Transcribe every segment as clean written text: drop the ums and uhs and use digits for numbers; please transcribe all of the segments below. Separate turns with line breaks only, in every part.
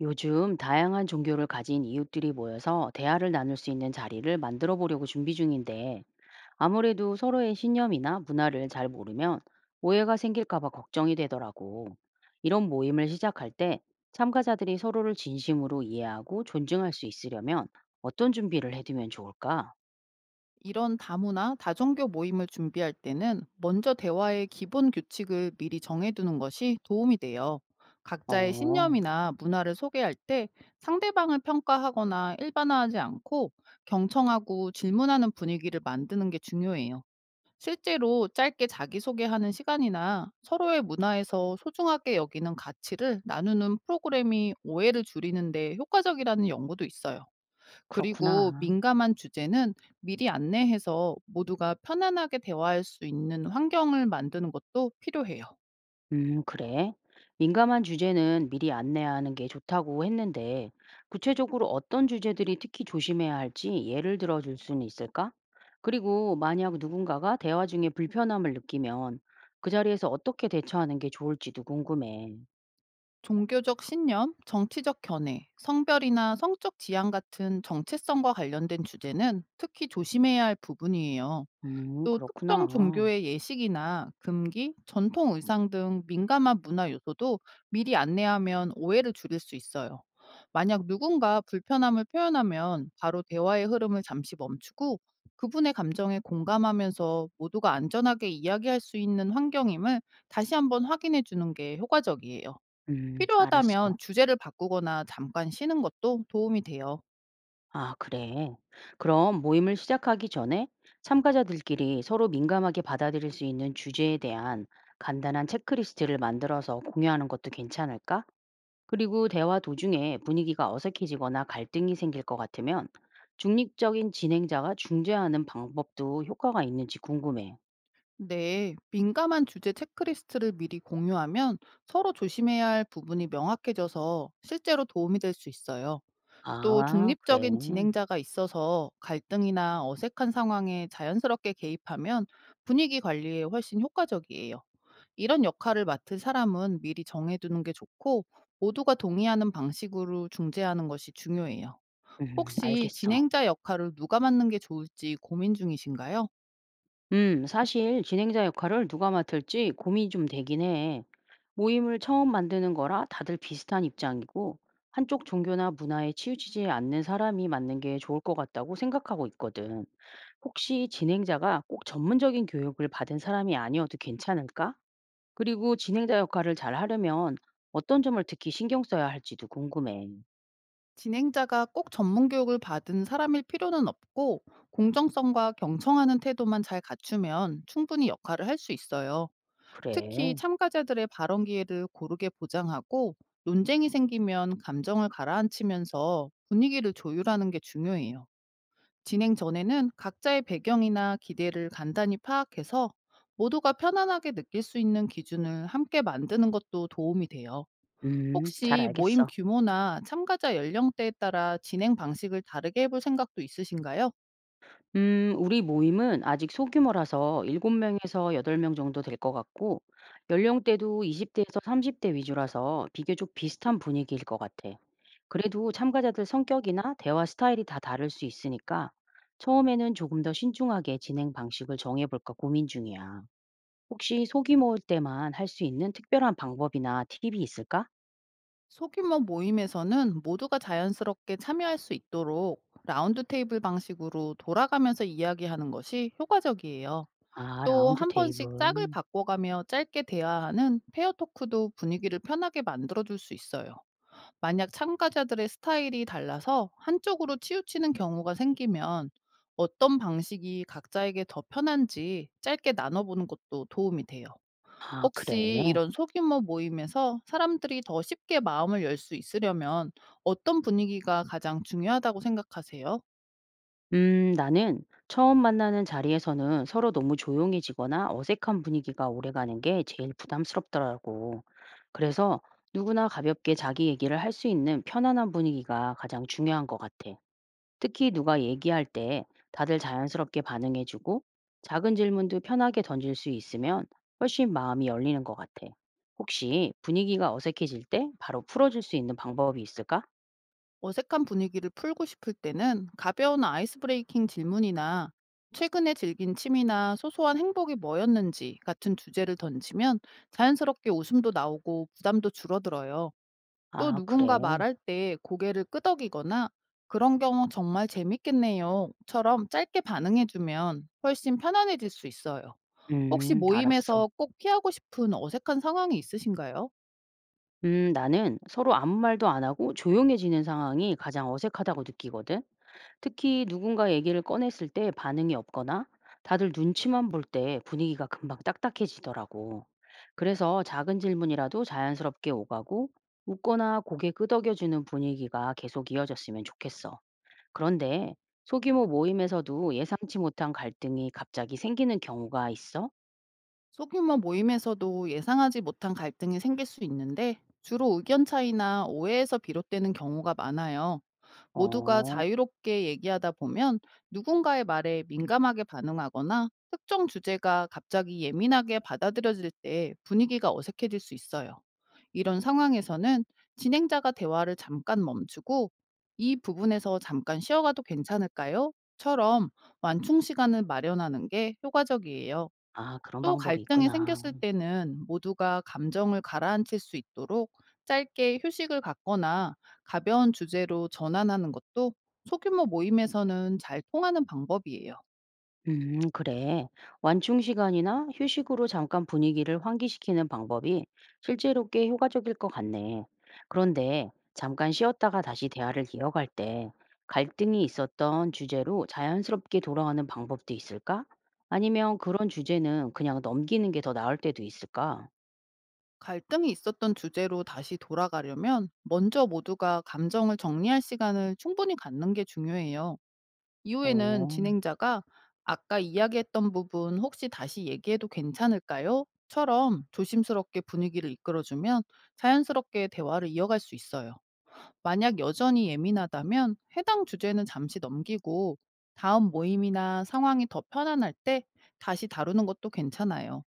요즘 다양한 종교를 가진 이웃들이 모여서 대화를 나눌 수 있는 자리를 만들어 보려고 준비 중인데 아무래도 서로의 신념이나 문화를 잘 모르면 오해가 생길까봐 걱정이 되더라고. 이런 모임을 시작할 때 참가자들이 서로를 진심으로 이해하고 존중할 수 있으려면 어떤 준비를 해두면 좋을까?
이런 다문화, 다종교 모임을 준비할 때는 먼저 대화의 기본 규칙을 미리 정해두는 것이 도움이 돼요. 각자의
어,
신념이나 문화를 소개할 때 상대방을 평가하거나 일반화하지 않고 경청하고 질문하는 분위기를 만드는 게 중요해요. 실제로 짧게 자기소개하는 시간이나 서로의 문화에서 소중하게 여기는 가치를 나누는 프로그램이 오해를 줄이는데 효과적이라는 연구도 있어요. 그리고
그렇구나.
민감한 주제는 미리 안내해서 모두가 편안하게 대화할 수 있는 환경을 만드는 것도 필요해요.
그래. 민감한 주제는 미리 안내하는 게 좋다고 했는데, 구체적으로 어떤 주제들이 특히 조심해야 할지 예를 들어 줄 수는 있을까? 그리고 만약 누군가가 대화 중에 불편함을 느끼면 그 자리에서 어떻게 대처하는 게 좋을지도 궁금해.
종교적 신념, 정치적 견해, 성별이나 성적 지향 같은 정체성과 관련된 주제는 특히 조심해야 할 부분이에요. 또 특정
그렇구나.
종교의 예식이나 금기, 전통 의상 등 민감한 문화 요소도 미리 안내하면 오해를 줄일 수 있어요. 만약 누군가 불편함을 표현하면 바로 대화의 흐름을 잠시 멈추고 그분의 감정에 공감하면서 모두가 안전하게 이야기할 수 있는 환경임을 다시 한번 확인해 주는 게 효과적이에요.
알았어.
필요하다면 주제를 바꾸거나 잠깐 쉬는 것도 도움이 돼요.
아, 그래. 그럼 모임을 시작하기 전에 참가자들끼리 서로 민감하게 받아들일 수 있는 주제에 대한 간단한 체크리스트를 만들어서 공유하는 것도 괜찮을까? 그리고 대화 도중에 분위기가 어색해지거나 갈등이 생길 것 같으면 중립적인 진행자가 중재하는 방법도 효과가 있는지 궁금해.
네, 민감한 주제 체크리스트를 미리 공유하면 서로 조심해야 할 부분이 명확해져서 실제로 도움이 될 수 있어요. 또
아, 그래.
중립적인 진행자가 있어서 갈등이나 어색한 상황에 자연스럽게 개입하면 분위기 관리에 훨씬 효과적이에요. 이런 역할을 맡을 사람은 미리 정해두는 게 좋고, 모두가 동의하는 방식으로 중재하는 것이 중요해요. 혹시
알겠어.
진행자 역할을 누가 맡는 게 좋을지 고민 중이신가요?
사실 진행자 역할을 누가 맡을지 고민이 좀 되긴 해. 모임을 처음 만드는 거라 다들 비슷한 입장이고, 한쪽 종교나 문화에 치우치지 않는 사람이 맡는 게 좋을 것 같다고 생각하고 있거든. 혹시 진행자가 꼭 전문적인 교육을 받은 사람이 아니어도 괜찮을까? 그리고 진행자 역할을 잘 하려면 어떤 점을 특히 신경 써야 할지도 궁금해.
진행자가 꼭 전문 교육을 받은 사람일 필요는 없고, 공정성과 경청하는 태도만 잘 갖추면 충분히 역할을 할 수 있어요. 특히
그래.
참가자들의 발언 기회를 고르게 보장하고, 논쟁이 생기면 감정을 가라앉히면서 분위기를 조율하는 게 중요해요. 진행 전에는 각자의 배경이나 기대를 간단히 파악해서 모두가 편안하게 느낄 수 있는 기준을 함께 만드는 것도 도움이 돼요.
잘
혹시 모임
알겠어.
규모나 참가자 연령대에 따라 진행 방식을 다르게 해볼 생각도 있으신가요?
우리 모임은 아직 소규모라서 일곱명에서 8명 정도 될 것 같고, 연령대도 이십대에서 30대 위주라서 비교적 비슷한 분위기일 것 같아. 그래도 참가자들 성격이나 대화 스타일이 다 다를 수 있으니까, 처음에는 조금 더 신중하게 진행 방식을 정해볼까 고민 중이야. 혹시 소규모일 때만 할 수 있는 특별한 방법이나 팁이 있을까?
소규모 모임에서는 모두가 자연스럽게 참여할 수 있도록 라운드 테이블 방식으로 돌아가면서 이야기하는 것이 효과적이에요.
아,
또
라운드
한 번씩 짝을
테이블.
바꿔가며 짧게 대화하는 페어 토크도 분위기를 편하게 만들어줄 수 있어요. 만약 참가자들의 스타일이 달라서 한쪽으로 치우치는 경우가 생기면, 어떤 방식이 각자에게 더 편한지 짧게 나눠보는 것도 도움이 돼요.
아,
혹시
그래.
이런 소규모 모임에서 사람들이 더 쉽게 마음을 열 수 있으려면 어떤 분위기가 가장 중요하다고 생각하세요?
나는 처음 만나는 자리에서는 서로 너무 조용해지거나 어색한 분위기가 오래가는 게 제일 부담스럽더라고. 그래서 누구나 가볍게 자기 얘기를 할 수 있는 편안한 분위기가 가장 중요한 것 같아. 특히 누가 얘기할 때 다들 자연스럽게 반응해주고 작은 질문도 편하게 던질 수 있으면 훨씬 마음이 열리는 것 같아. 혹시 분위기가 어색해질 때 바로 풀어줄 수 있는 방법이 있을까?
어색한 분위기를 풀고 싶을 때는 가벼운 아이스 브레이킹 질문이나 최근에 즐긴 취미나 소소한 행복이 뭐였는지 같은 주제를 던지면 자연스럽게 웃음도 나오고 부담도 줄어들어요. 또
아, 그래.
누군가 말할 때 고개를 끄덕이거나 "그런 경우 정말 재밌겠네요."처럼 짧게 반응해주면 훨씬 편안해질 수 있어요. 혹시
알았어.
모임에서 꼭 피하고 싶은 어색한 상황이 있으신가요?
나는 서로 아무 말도 안 하고 조용해지는 상황이 가장 어색하다고 느끼거든. 특히 누군가 얘기를 꺼냈을 때 반응이 없거나 다들 눈치만 볼 때 분위기가 금방 딱딱해지더라고. 그래서 작은 질문이라도 자연스럽게 오가고 웃거나 고개 끄덕여주는 분위기가 계속 이어졌으면 좋겠어. 그런데 소규모 모임에서도 예상치 못한 갈등이 갑자기 생기는 경우가 있어?
소규모 모임에서도 예상하지 못한 갈등이 생길 수 있는데, 주로 의견 차이나 오해에서 비롯되는 경우가 많아요. 모두가
어,
자유롭게 얘기하다 보면 누군가의 말에 민감하게 반응하거나 특정 주제가 갑자기 예민하게 받아들여질 때 분위기가 어색해질 수 있어요. 이런 상황에서는 진행자가 대화를 잠깐 멈추고 "이 부분에서 잠깐 쉬어가도 괜찮을까요? 처럼 완충 시간을 마련하는 게 효과적이에요.
아, 그런
또
방법이
갈등이
있구나.
생겼을 때는 모두가 감정을 가라앉힐 수 있도록 짧게 휴식을 갖거나 가벼운 주제로 전환하는 것도 소규모 모임에서는 잘 통하는 방법이에요.
그래. 완충 시간이나 휴식으로 잠깐 분위기를 환기시키는 방법이 실제로 꽤 효과적일 것 같네. 그런데 잠깐 쉬었다가 다시 대화를 이어갈 때 갈등이 있었던 주제로 자연스럽게 돌아가는 방법도 있을까? 아니면 그런 주제는 그냥 넘기는 게 더 나을 때도 있을까?
갈등이 있었던 주제로 다시 돌아가려면 먼저 모두가 감정을 정리할 시간을 충분히 갖는 게 중요해요. 이후에는
어,
진행자가 "아까 이야기했던 부분 혹시 다시 얘기해도 괜찮을까요? 처럼 조심스럽게 분위기를 이끌어주면 자연스럽게 대화를 이어갈 수 있어요. 만약 여전히 예민하다면 해당 주제는 잠시 넘기고, 다음 모임이나 상황이 더 편안할 때 다시 다루는 것도 괜찮아요.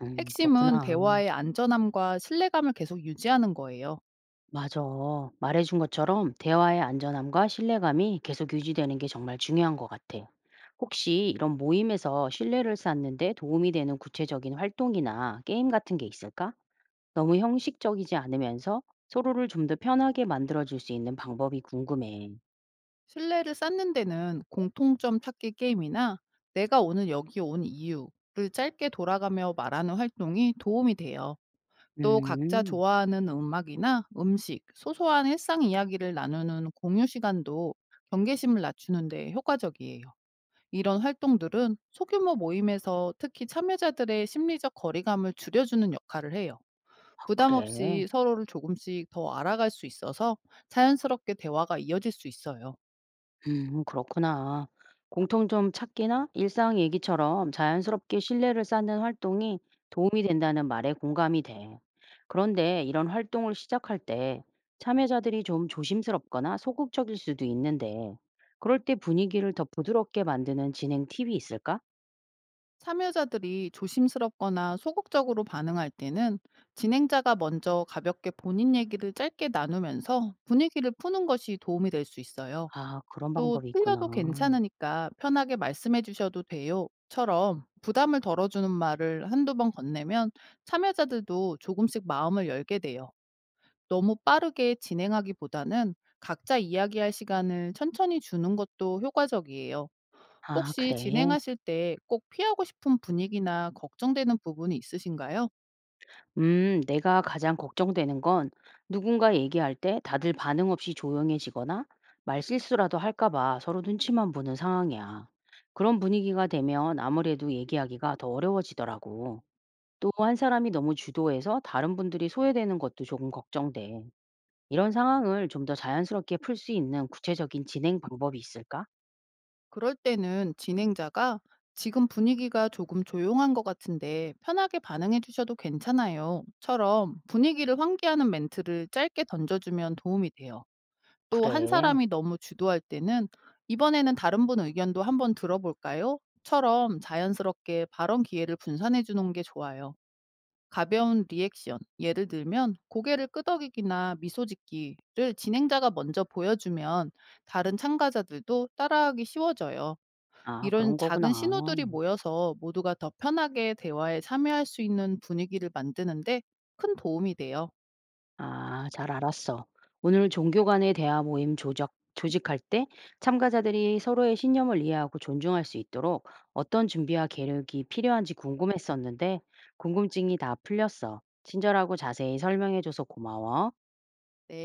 핵심은
그렇구나.
대화의 안전함과 신뢰감을 계속 유지하는 거예요.
맞아. 말해준 것처럼 대화의 안전함과 신뢰감이 계속 유지되는 게 정말 중요한 것 같아. 혹시 이런 모임에서 신뢰를 쌓는데 도움이 되는 구체적인 활동이나 게임 같은 게 있을까? 너무 형식적이지 않으면서 서로를 좀 더 편하게 만들어줄 수 있는 방법이 궁금해.
신뢰를 쌓는 데는 공통점 찾기 게임이나 내가 오늘 여기 온 이유를 짧게 돌아가며 말하는 활동이 도움이 돼요. 또 각자
음,
좋아하는 음악이나 음식, 소소한 일상 이야기를 나누는 공유 시간도 경계심을 낮추는데 효과적이에요. 이런 활동들은 소규모 모임에서 특히 참여자들의 심리적 거리감을 줄여주는 역할을 해요.
아,
부담
그래.
없이 서로를 조금씩 더 알아갈 수 있어서 자연스럽게 대화가 이어질 수 있어요.
그렇구나. 공통점 찾기나 일상 얘기처럼 자연스럽게 신뢰를 쌓는 활동이 도움이 된다는 말에 공감이 돼. 그런데 이런 활동을 시작할 때 참여자들이 좀 조심스럽거나 소극적일 수도 있는데, 그럴 때 분위기를 더 부드럽게 만드는 진행 팁이 있을까?
참여자들이 조심스럽거나 소극적으로 반응할 때는 진행자가 먼저 가볍게 본인 얘기를 짧게 나누면서 분위기를 푸는 것이 도움이 될 수 있어요.
아, 그런
또
방법이 있구나.
"틀려도 괜찮으니까 편하게 말씀해 주셔도 돼요."처럼 부담을 덜어주는 말을 한두 번 건네면 참여자들도 조금씩 마음을 열게 돼요. 너무 빠르게 진행하기보다는 각자 이야기할 시간을 천천히 주는 것도 효과적이에요.
아,
혹시
그래.
진행하실 때 꼭 피하고 싶은 분위기나 걱정되는 부분이 있으신가요?
내가 가장 걱정되는 건 누군가 얘기할 때 다들 반응 없이 조용해지거나 말실수라도 할까 봐 서로 눈치만 보는 상황이야. 그런 분위기가 되면 아무래도 얘기하기가 더 어려워지더라고. 또 한 사람이 너무 주도해서 다른 분들이 소외되는 것도 조금 걱정돼. 이런 상황을 좀 더 자연스럽게 풀 수 있는 구체적인 진행 방법이 있을까?
그럴 때는 진행자가 "지금 분위기가 조금 조용한 것 같은데 편하게 반응해 주셔도 괜찮아요. 처럼 분위기를 환기하는 멘트를 짧게 던져주면 도움이 돼요. 또 한
그래.
사람이 너무 주도할 때는 "이번에는 다른 분 의견도 한번 들어볼까요? 처럼 자연스럽게 발언 기회를 분산해 주는 게 좋아요. 가벼운 리액션, 예를 들면 고개를 끄덕이기나 미소 짓기를 진행자가 먼저 보여주면 다른 참가자들도 따라하기 쉬워져요.
아,
이런
그런 거구나.
작은 신호들이 모여서 모두가 더 편하게 대화에 참여할 수 있는 분위기를 만드는데 큰 도움이 돼요.
아, 잘 알았어. 오늘 종교 간의 대화 모임 조직할 때 참가자들이 서로의 신념을 이해하고 존중할 수 있도록 어떤 준비와 계획이 필요한지 궁금했었는데 궁금증이 다 풀렸어. 친절하고 자세히 설명해줘서 고마워.
네.